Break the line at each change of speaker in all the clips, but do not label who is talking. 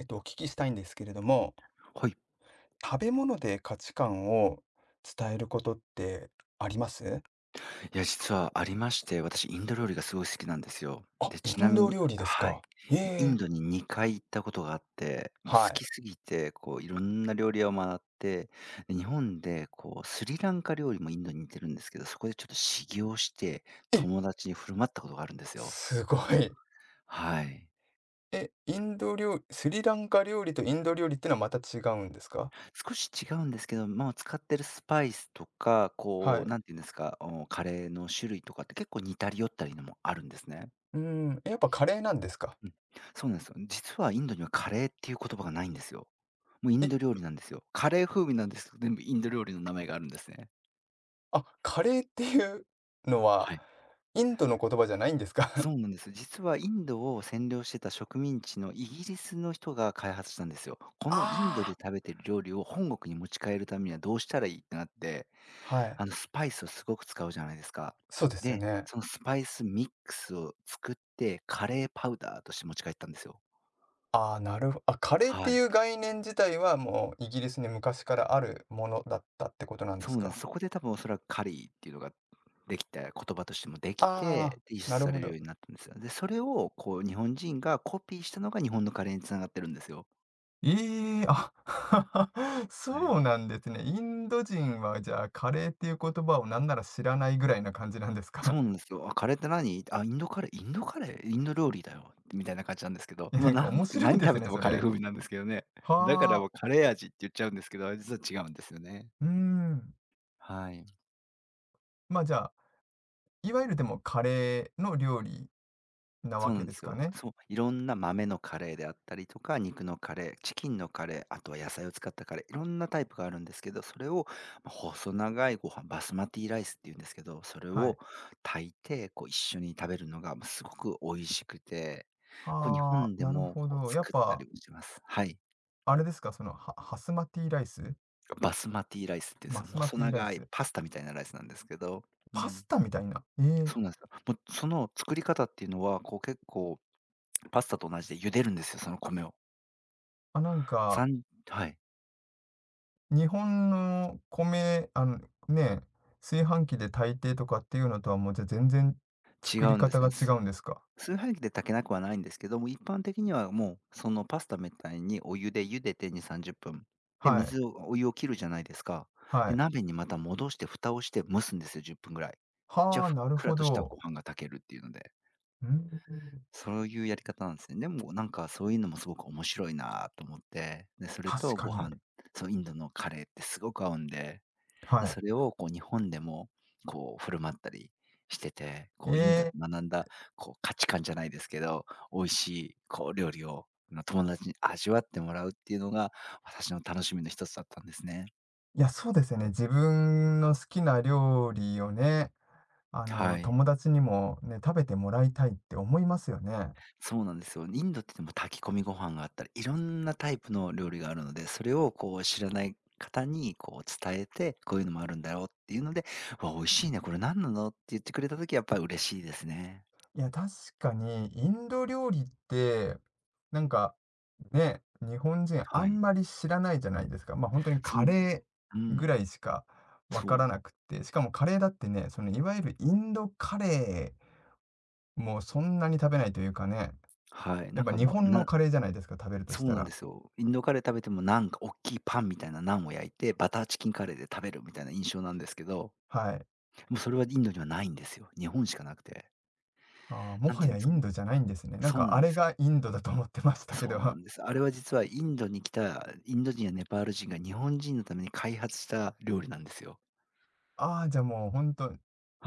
お聞きしたいんですけれども、
はい。
食べ物で価値観を伝えることってあります？
いや、実はありまして、私インド料理がすごい好きなんですよ。
あ、
で、ち
イ
な
ン
み
ド
に。
料理です
は
か。
い。
え
イン
え、
ドに2回行ったことがあって、もう
は
好き
い。
すぎて、こういろんな料理屋を回って、で、日本でこうスリランカ料理もインドに似てるんですけど、そこでちょっと修行して、
え、
友達に振る舞ったことがあるんですよ。
すごい。
はい。
え、インド料理…スリランカ料理とインド料理ってのはまた違うんですか？
少し違うんですけど、まあ、使ってるスパイスとか、
は
こう、
い。
なんていうんですか、カレーの種類とかって結構似たり寄ったりのもあるんですね。
うん、やっぱカレーなんですか？
うん、そうなんですよ。実はインドにはカレーっていう言葉がないんですよ。もうイン
え、
ド料理なんですよ。カレー風味なんですけど、全部インド料理の名前があるんですね。
あ、カレーっていうのは、
はい。
インドの言葉じゃないんですか？
そ うなんです。実はインドを占領してた植民地のイギリスの人が開発したんですよ。このインドで
あ
食べてる料理を本国に持ち帰るためにはどうしたらいいってなって、
あー、はい。
スパイスをすごく使うじゃないですか。
そうですよ
で、
ね。
そのスパイスミックスを作って、カレーパウダーとして持ち帰ったんですよ。
ああ、なるほど。あ、カレーって
はい。
いう概念自体はもうイギリスに昔からあるものだったってことなんで
そう
す
なんです。
か？
そこで多分おそらくカリーっていうのができて、言葉としてもでき
ああ、
て、で、輸出
なる
さ
ほ
れる
ど。
ようになったんですよ。で、それをこう日本人がコピーしたのが日本のカレーに繋がってるんですよ。
ええ、あ、
は
そ
い。
うなんですね。インド人はじゃあ、カレーっていう言葉をなんなら知らないぐらいな感じなんです
そ
か？
うなんですよ。あ、カレーって何？あ、インドカレーインドカレー？インド料理だよみたいな感じなんですけ ど、
いや、
もう
なんか
なん
面白い
何
で
食
す
べ
ね、
ても
そ
カレー
れ。
風味なんですけどね。だからも
はあ、
うカレー味って言っちゃうんですけど、実は違うんですよね。
うーん。
はい。
ま、あじゃあ、いわゆるでもカレーの料理なわ
そうな
け
ん
で
で
す
す
か
よ。
ね？
そう、いろんな豆のカレーであったりとか、肉のカレー、チキンのカレー、あとは野菜を使ったカレー、いろんなタイプがあるんですけど、それを、ま、細長いご飯、バスマティライスっていうんですけど、それ
はい。
を炊いて、こう、一緒に食べるのが、ま、すごく美味しくて、こう、日
は
本
あ、
で
なる
も、
ほ
こう、
ど。やっ
作った
ぱ
りもします。はい。
あれですか、その、ハスマティライス？
バスマティライスっていうんです
マ
よ。
スマ
細
ティライ
長い
ス。
パスタみたいなライスなんですけど、う
パ
ん。
スタみたいな。ええ。
そうなんすよ。もう、その作り方っていうのは、こう、結構パスタと同じで茹でるんですよ、その米を。
あ、なんか、
3はい。
日本の米、ね、炊飯器で炊いてとかっていうのとは、もう、じゃ、全然
違
作り
うんで
方
す
が
ね。
違うんですか？
炊飯器で炊けなくはないんですけども、一般的にはもう、そのパスタみたいにお湯で茹でて2、30分。で、
はい、
お湯を切るじゃないですか。
は
で、
い。
鍋にまた戻して蓋をして蒸すんですよ、10分ぐらい。じゃあ、
は
ふ
あ、
っ
なる
くら
ほ
としたご
ど。
飯が炊けるっていうので、
うーん。
そういうやり方なんですね。でもなんかそういうのもすごく面白いなと思って、で、それ
確
と
か
ご
に。
飯、そう、インドのカレーってすごく合うんで。
は
で、
い。
それをこう日本でもこう振る舞ったりしてて、
え
こうインドで
え、
学んだこう価値観じゃないですけど、美味しいこう料理の友達に味わってもらうっていうのが、私の楽しみの一つだったんですね。
いや、そうですよね。自分の好きな料理をね、
はい。
友達にもね、食べてもらいたいって思いますよね。
そうなんですよ。インドってでも炊き込みご飯があったり、いろんなタイプの料理があるので、それをこう知らない方にこう伝えて、こういうのもあるんだよっていうので、うわ、美味しいね、これ何なのって言ってくれた時はやっぱり嬉しいですね。
いや、確かに、インド料理って、なんか、ね、日本人あ
は
ん
い。
まり知らないじゃないですか。まあ、本当に
そ
カ
うなんです。
レ
う
ーぐら
ん。
いしかわか
そ
ら
う。
なくって、しかもカレーだってね、その、いわゆるインドカレーもそんなに食べないというかね、
はい。
やっ
なん
ぱ
か
日
もう、
本のカレーじゃないですか、食べるとし
そう
た
なん
ら。
ですよ。インドカレー食べてもなんか大きいパンみたいなナンを焼いて、バターチキンカレーで食べるみたいな印象なんですけど、
はい。
もうそれはインドにはないんですよ。日本しかなくて。
ああ、も
なん
は
ていう
や
んで
イ
すか
ン
ね。
ドじゃないんですね。なん
そうな
かあ
んで
れ
す。
がインドだと思ってましたけ
そ
ど、
うな んです。あれは実はインドに来たインド人やネパール人が日本人のために開発した料理なんですよ。
ああ、じゃあもうほんと、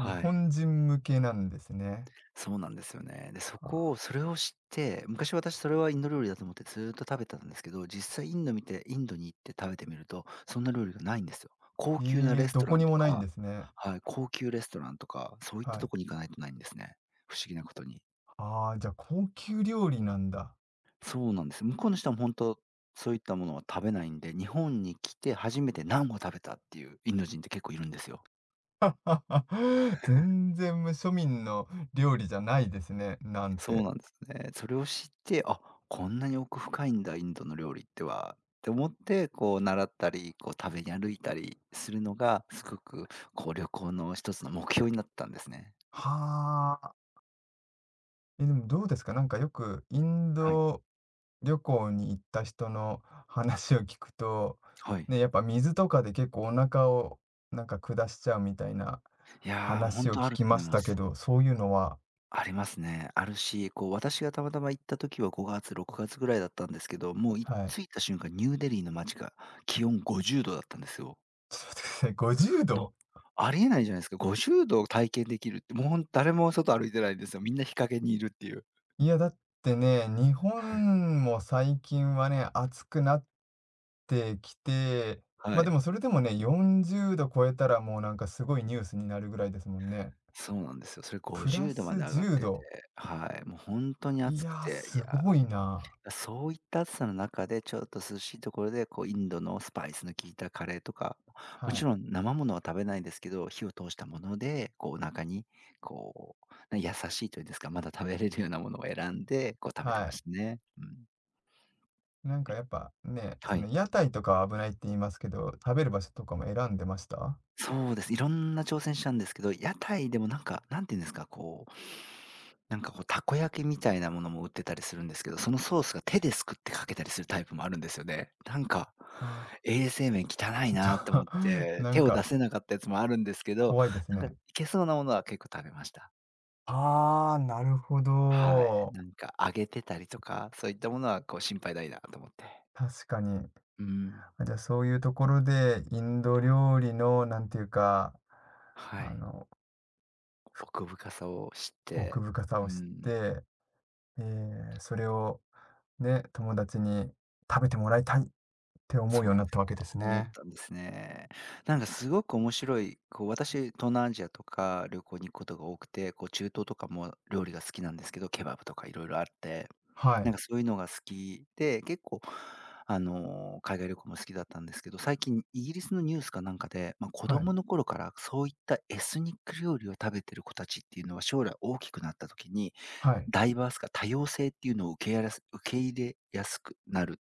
日
い。
本人向けなんですね。
そうなんですよね。で、それを知って、昔私それはインド料理だと思ってずーっと食べてたんですけど、実際インドに行って食べてみると、そんな料理がないんですよ。高級な
ええ、
レス
ど
ト
こ
ラ
に
ンと
もないんで
か。
すね。
はい、高級レストランとか、そういった
は
と
い。
こに行かないとないんですね。不思議なことに。
ああ、じゃあ高級料理なんだ。
そうなんです。向こうの人は本当そういったものは食べないんで、日本に来て初めてナンを食べたっていうインド人って結構いるんですよ。
全然無庶民の料理じゃないですね、なん
そう
て。
なんですね。それを知って、あ、こんなに奥深いんだ、インドの料理っては。って思って、こう習ったり、こう食べに歩いたりするのが、すごくこう旅行の一つの目標になったんですね。
はあ。え、でもどうですか？なんかよくイン
はい。
ド旅行に行った人の話を聞くと、
はい。
ね、やっぱ水とかで結構お腹をなんか下しちゃうみたいな
いや、本
話を
当あ
聞
る
き
と
ま
思い
し
ま
たけ
す。
ど、そういうのは？
ありますね。あるし、こう私がたまたま行った時は5月、6月ぐらいだったんですけど、もう
はい。
着いた瞬間、ニューデリーの街が気温50度だったんですよ。
ちょっと待ってください、50
の、
度？
ありえないじゃないですか。50度を体験できるって、もう誰も外歩いてないんですよ。みんな日陰にいるっていう。
いや、だってね、日本も最近はね、暑くなってきて、
は
ま、あで
い。
もそれでもね、40度超えたらもうなんかすごいニュースになるぐらいですもんね。
そうなんですよ。それ
プラ
50度ま
ス
で上がっ
10
てて、
度。
はい、もうほんとに
い
暑
や
く
ー、
て、い
す
や、
ごいな。
そういった暑さの中でちょっと涼しいところで、こうインドのスパイスの効いたカレーとか、も
は
ち
い。
ろん生ものは食べないんですけど、火を通したもので、こうお腹にこう、優しいというんですか、まだ食べれるようなものを選んで、こう食べて
は
ま
い。
したね。うん。
なんかやっぱね、
は
その
い。
屋台とかは危ないって言いますけど、食べる場所とかも選んでました？
そうです。いろんな挑戦したんですけど、屋台でもなんか、なんていうんですか、こう、なんかこう、たこ焼きみたいなものも売ってたりするんですけど、そのソースが手ですくってかけたりするタイプもあるんですよね。なんか、
ああ
衛生面汚い
ー、ち
なと
ょ
思
っ
っ
と
て、
な
手
ん
を出
か
せなかったやつもあるんですけど、
怖いです
なんか
ね。
いけそうなものは結構食べました。
ああ、なるほ
はい。
ど。
なんか揚げてたりとか、そういったものはこう心配ないなと思って。
確かに。
うん。
あ、じゃあそういうところで、インド料理のなんていうか、
は
あ
い。
の、
奥深さを知っ
奥
て、
深さ
う
を知っ
ん。
て、えそれをね、友達に食べてもらいたいって思う
そ
よ
う
うに
なん
なっ
で
た
す
わけ
よ。
です
思っ
ね。
たんですね。なんかすごく面白い、こう私、東南アジアとか旅行に行くことが多くて、こう中東とかも料理が好きなんですけど、ケバブとかいろいろあって、
は
な
い、
んかそういうのが好きで、結構海外旅行も好きだったんですけど、最近イギリスのニュースかなんかで、まあ、子
はい、
供の頃からそういったエスニック料理を食べてる子たちっていうのは、将来大きくなった時に、
はい。
ダイバースか多様性っていうのを受け入れやすくなる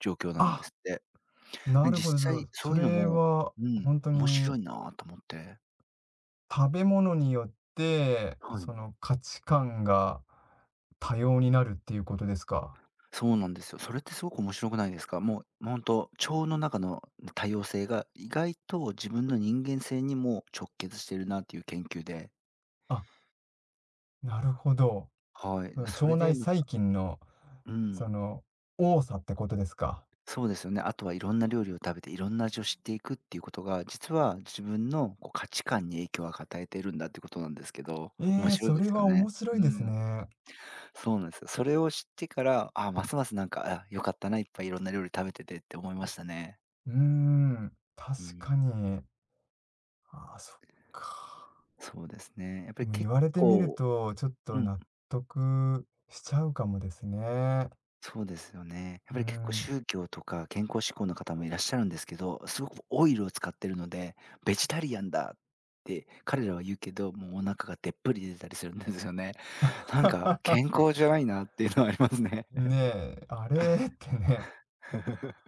状況なんで
あ、
すって。
な
ね、
るほど。じゃ
実際
あ、
そ
そ
ういうの
れ
も、
は
うん、
本当
面白
に
いなと思って。
食べ物によって、
はい。
その価値観が多様になるっていうことですか？
そうなんですよ。それってすごく面白くないですか？もうほんと、腸の中の多様性が意外と自分の人間性にも直結してるなっていう研究で、
あ、なるほど。
は
うん、
い。そ
腸
れで
内
ま
細
た
菌の、
う
そ
ん、
の、多さってことですか。
そうですよね。あとはいろんな料理を食べていろんな味を知っていくっていうことが、実は自分のこう価値観に影響を与えているんだってことなんですけど、
え
面
え、
白い
そ
で
れ
すよ
は
ね。
面白
う
いです
ん。
ね。
そうなんですよ。それを知ってから、ああ、ますますなんか、あ、良かったな、いっぱいいろんな料理食べててって思いましたね。
うーん、
う
確
ん。
かに。ああ、そっか。
そうですね。やっぱ
で
り
も言
結
われてみる
構
と、ちょっ
う
と
ん、
納得しちゃうかもですね。
そうですよね。やっ
う
ぱり結構
ん。
宗教とか健康志向の方もいらっしゃるんですけど、すごくオイルを使ってるので、ベジタリアンだって彼らは言うけど、もうお腹がでっぷり出てたりするんですよね。健康じゃないなっていうのはありますね。
ねえ、あれってね。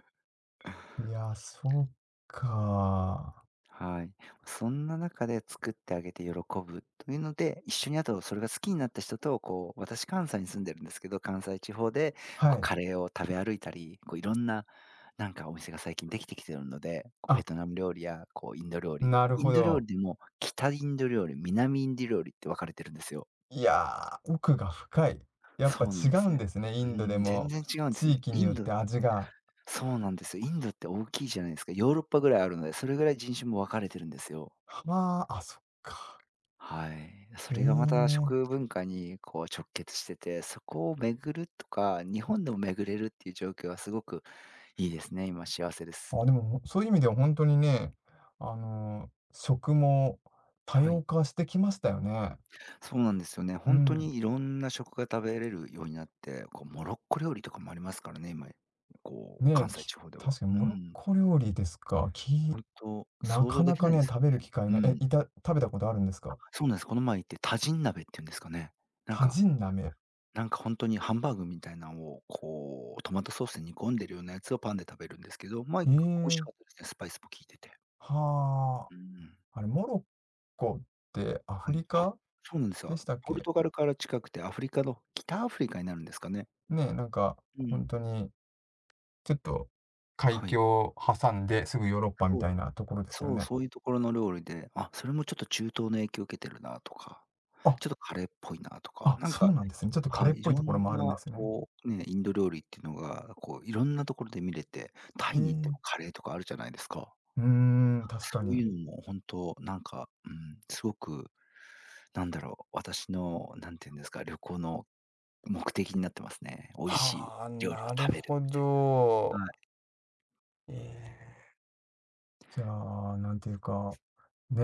いや、そうか。
はい。そんな中で作ってあげて喜ぶというので、一緒に、あとそれが好きになった人と、こう、私関西に住んでるんですけど、関西地方で、
は
こう、
い。
カレーを食べ歩いたり、こう、いろんな、お店が最近できてきてるので、こう
あ、
ベトナム料理や、こう、インド料理。
なる
イ
ほ
ンド料
ど。
理でも、北インド料理、南インド料理って分かれてるんですよ。
いやー、奥が深い。やっぱ
そうな
違
んで
う
す
ん
ね。
ですね、イ
う
ンドで
ん、全
も、
然違うんです
地
ね。
域に
イ
よ
ン
っ
ド、
て味が。
そうなんですよ。インドって大きいじゃないですか。ヨーロッパぐらいあるので、それぐらい人種も分かれてるんですよ。
はあ、あ、そっか。
はい。そ
え
れがまた
え。
食文化にこう直結してて、そこを巡るとか、日本でも巡れるっていう状況はすごくいいですね。今幸せです。
あ、でも、そういう意味では本当にね、食も多
は
様
い。
化してきましたよね。
そうなんですよね。
う
本当
ん。
にいろんな食が食べれるようになって、こうモロッコ料理とかもありますからね、今、こう
ねえ、
関西地方では。
確かに
う
モロッ
ん。
コ料理ですか。
本当
な
想
か
像で
な
き
か
ないで
ね、
す
食べる
よね。
機会
う
ない。え、
ん。
食べたことあるんですか？
そうなんです。この前行ってタジン鍋っていうんですかね。なん
タ
か
ジン鍋。
なんか本当にハンバーグみたいなのを、こう、トマトソースで煮込んでるようなやつをパンで食べるんですけど、まあ、い
え
く美味し
え、
かったですね、スパイスも効いてて。
は
うん、
あ。あれ、モロッコってア
は
フ
い。
リ
あ、
カ？
そうなんです
で
よ。
したっ
ポル
け？
トガルから近くてアフリカの、北アフリカになるんですかね。
ね、なんか
う
本
ん。
当にちょっと海
はい。
峡を挟んですぐヨーロッパみ
そ
た
う、
いなところですよね。
そういうところの料理で、あ、それもちょっと中東の影響を受けてるなとか、
あ、
ちょっとカレーっぽいなとか、
あ、そうなんですね。ちょっとカ
は
レーっ
い、い
ぽい
ろ
ところ
ん
もあ
な
るんですね。
こう、ね、インド料理っていうのが、こう、いろんなところで見れて、タ
え
イに行っても
え。
カレーとかあるじゃないですか。
うーん、確か
そう
に。
いうのも本当、すごく、なんだろう、私の、なんていうんですか、旅行の目的になってますね。美味しい
はあ、
料理を
なる
食べる
ほ
みたい
ど。
な。はい。
ええ。じゃあ、なんていうか、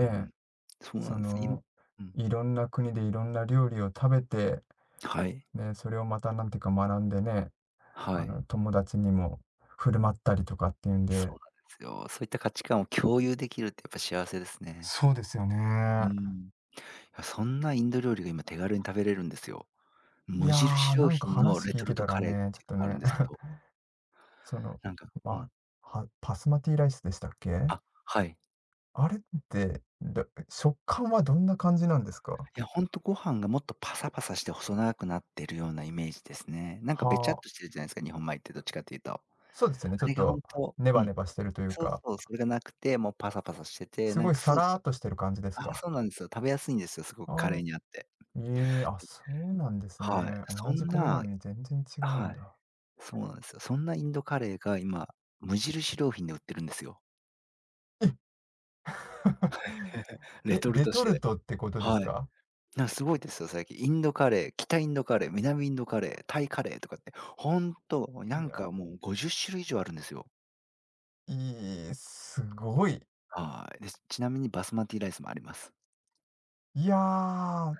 うん。そうな
そ
んです。今
の、
うん。
いろんな国でいろんな料理を食べて、
はい。
ね、それをまたなんていうか学んでね、
はい。
友達にも振る舞ったりとかっていうん
そう
で。
なんですよ。そういった価値観を共有できるってやっぱ幸せですね。
そうですよね。
うん。いや、そんなインド料理が今手軽に食べれるんですよ。
い
無
やー、
印
な
良
んか
品の
話
レ
聞い
トル
て
ト
たら
カレーって
ね、ちょっ
いう
と
のがある
ね、
んですけど、
その、
なんかう
ま
ん。
あ、パスマティライスでしたっけ？
あ、はい。
あれって、食感はどんな感じなんですか？
いや、ほんとご飯がもっとパサパサして細長くなってるようなイメージですね。なんかべちゃっ
はあ、
としてるじゃないですか、日本米ってどっちかというと。あ
そうですね、ちょっ
れがほ
と
んと
ネ
う
バ
ん。
ネバしてるという
そう
か、
そう、それがなくて、もうパサパサしてて、
す
なん
ごい
かス
サ
ープ
ラーっ
と、
としてる感じです
ああ、
か？
そうなんですよ。食べやすいんですよ、すごくカレ
あ
ー
あ、
にあって。
ええ、あ、そうなんです
はい。
ね。同じ米なのに全然違うん
はい、
だ。
そうなんですよ。そんなインドカレーが今、無印良品で売ってるんですよ。
え
レ
え、
トル
レ
トし
トル
て。
トってことで
は
す
い。
か？
なんかすごいですよ、最近。インドカレー、北インドカレー、南インドカレー、タイカレーとかって、ほんと、な
い
ん
や、
かもう50種類以上あるんですよ。
いい、すごい。
はい。で、ちなみにバスマティライスもあります。
いやー、あ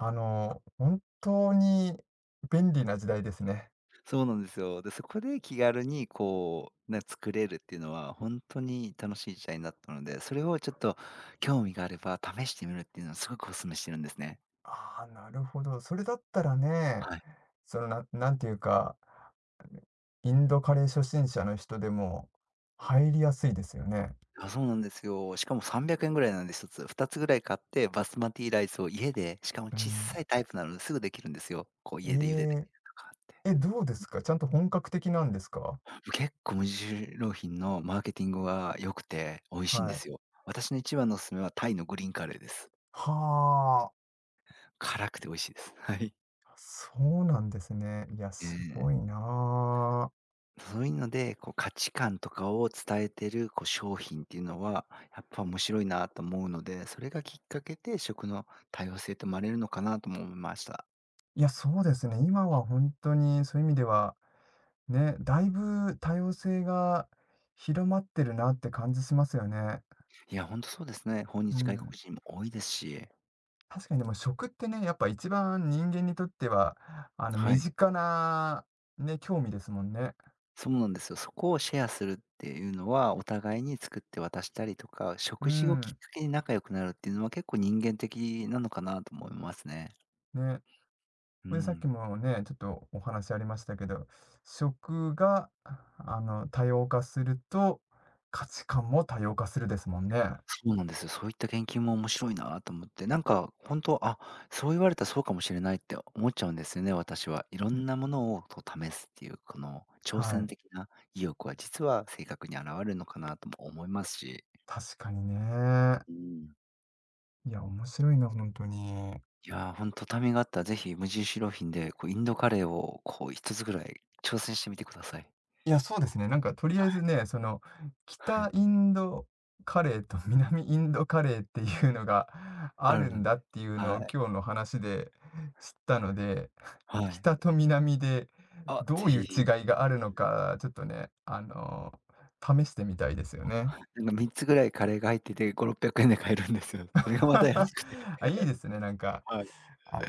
の、本当に便利な時代ですね。
そうなんですよ。で、そこで気軽にこう、ね、作れるっていうのはほんとに楽しい時代になったので、それをちょっと興味があれば試してみるっていうのはすごくお勧めしてるんですね。
ああ、なるほど。それだったらね、
はい。
その、なんていうか、インドカレー初心者の人でも入りやすいですよね。
あ、そうなんですよ。しかも300円ぐらいなんで1つ、2つぐらい買って、バスマティライスを家で、しかも
う
小
ん。
さいタイプなのですぐできるんですよ。こう家で茹でてみ
え
るとかって。
え、どうですか？ちゃんと本格的なんですか？
結構無印良品のマーケティングは良くて美味しいん
は
で
い。
すよ。私の一番のおすすめはタイのグリーンカレーです。
は
辛くて美味しいです。はい。
あ、そうなんですね。いや、
え
す
え、
ごいなあ。
そういうので、こう価値観とかを伝えてるこう商品っていうのは、やっぱ面白いなと思うので、それがきっかけで食の多様性って生まれるのかなとも思いました。
いや、そうですね、今は本当にそういう意味ではね、だいぶ多様性が広まってるなって感じしますよね。
いや、ほんとそうですね。訪
う
日外国
ん。
人も多いですし、
確かにでも食ってね、やっぱ一番人間にとっては、
は
身
い。
近な、ね、興味ですもんね。
そうなんですよ。そこをシェアするっていうのは、お互いに作って渡したりとか、
う
食事をきっ
ん。
かけに仲良くなるっていうのは結構人間的なのかなと思いますね。
ね。
う
で、さっき
ん。
もね、ちょっとお話ありましたけど、食が、多様化すると、価値観も多様化するですもんね。
そうなんですよ。そういった研究も面白いなと思って、本当、あ、そう言われたらそうかもしれないって思っちゃうんですよね、私は。いろ
うん、
んなものをこう試すっていう、この挑
は
戦
い。
的な意欲は実は性格に現れるのかなとも思いますし。
確かにね。
うん。
いや、面白いな、本当に。
いやー、ほんとタイミングあったら、ぜひ無印良品で、こうインドカレーをこう1つぐらい挑戦してみてください。
いや、そうですね。なんかとりあえずね、その、
は
北
い。
インドカレーと 南インドカレーっていうのがあ
ある
る
の
ん
で、
だっていうのを
はい、
今日の話で知ったので、
はい。
北と南で
あ、
ど
ぜ
うい
ひ
う
ぜ
違
ひ。
いがあるのか、ちょっとね、試してみたいですよね。
なんか3つぐらいカレーが入ってて5、600円で買えるんですよ。それが また安くて、
あ、いいですね、なんか、
はい。
あ、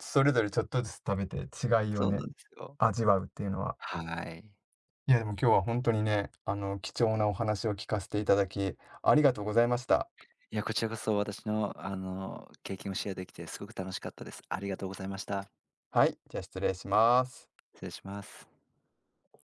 それぞれちょっとずつ食べて違いを
そうな
ね、
んですよ。
味わうっていうのは。
はい。
いや、でも今日は本当にね、貴重なお話を聞かせていただき、ありがとうございました。
いや、こちらこそ私のあの、経験をシェアできてすごく楽しかったです。ありがとうございました。
はい、じゃあ失礼します。
失礼します。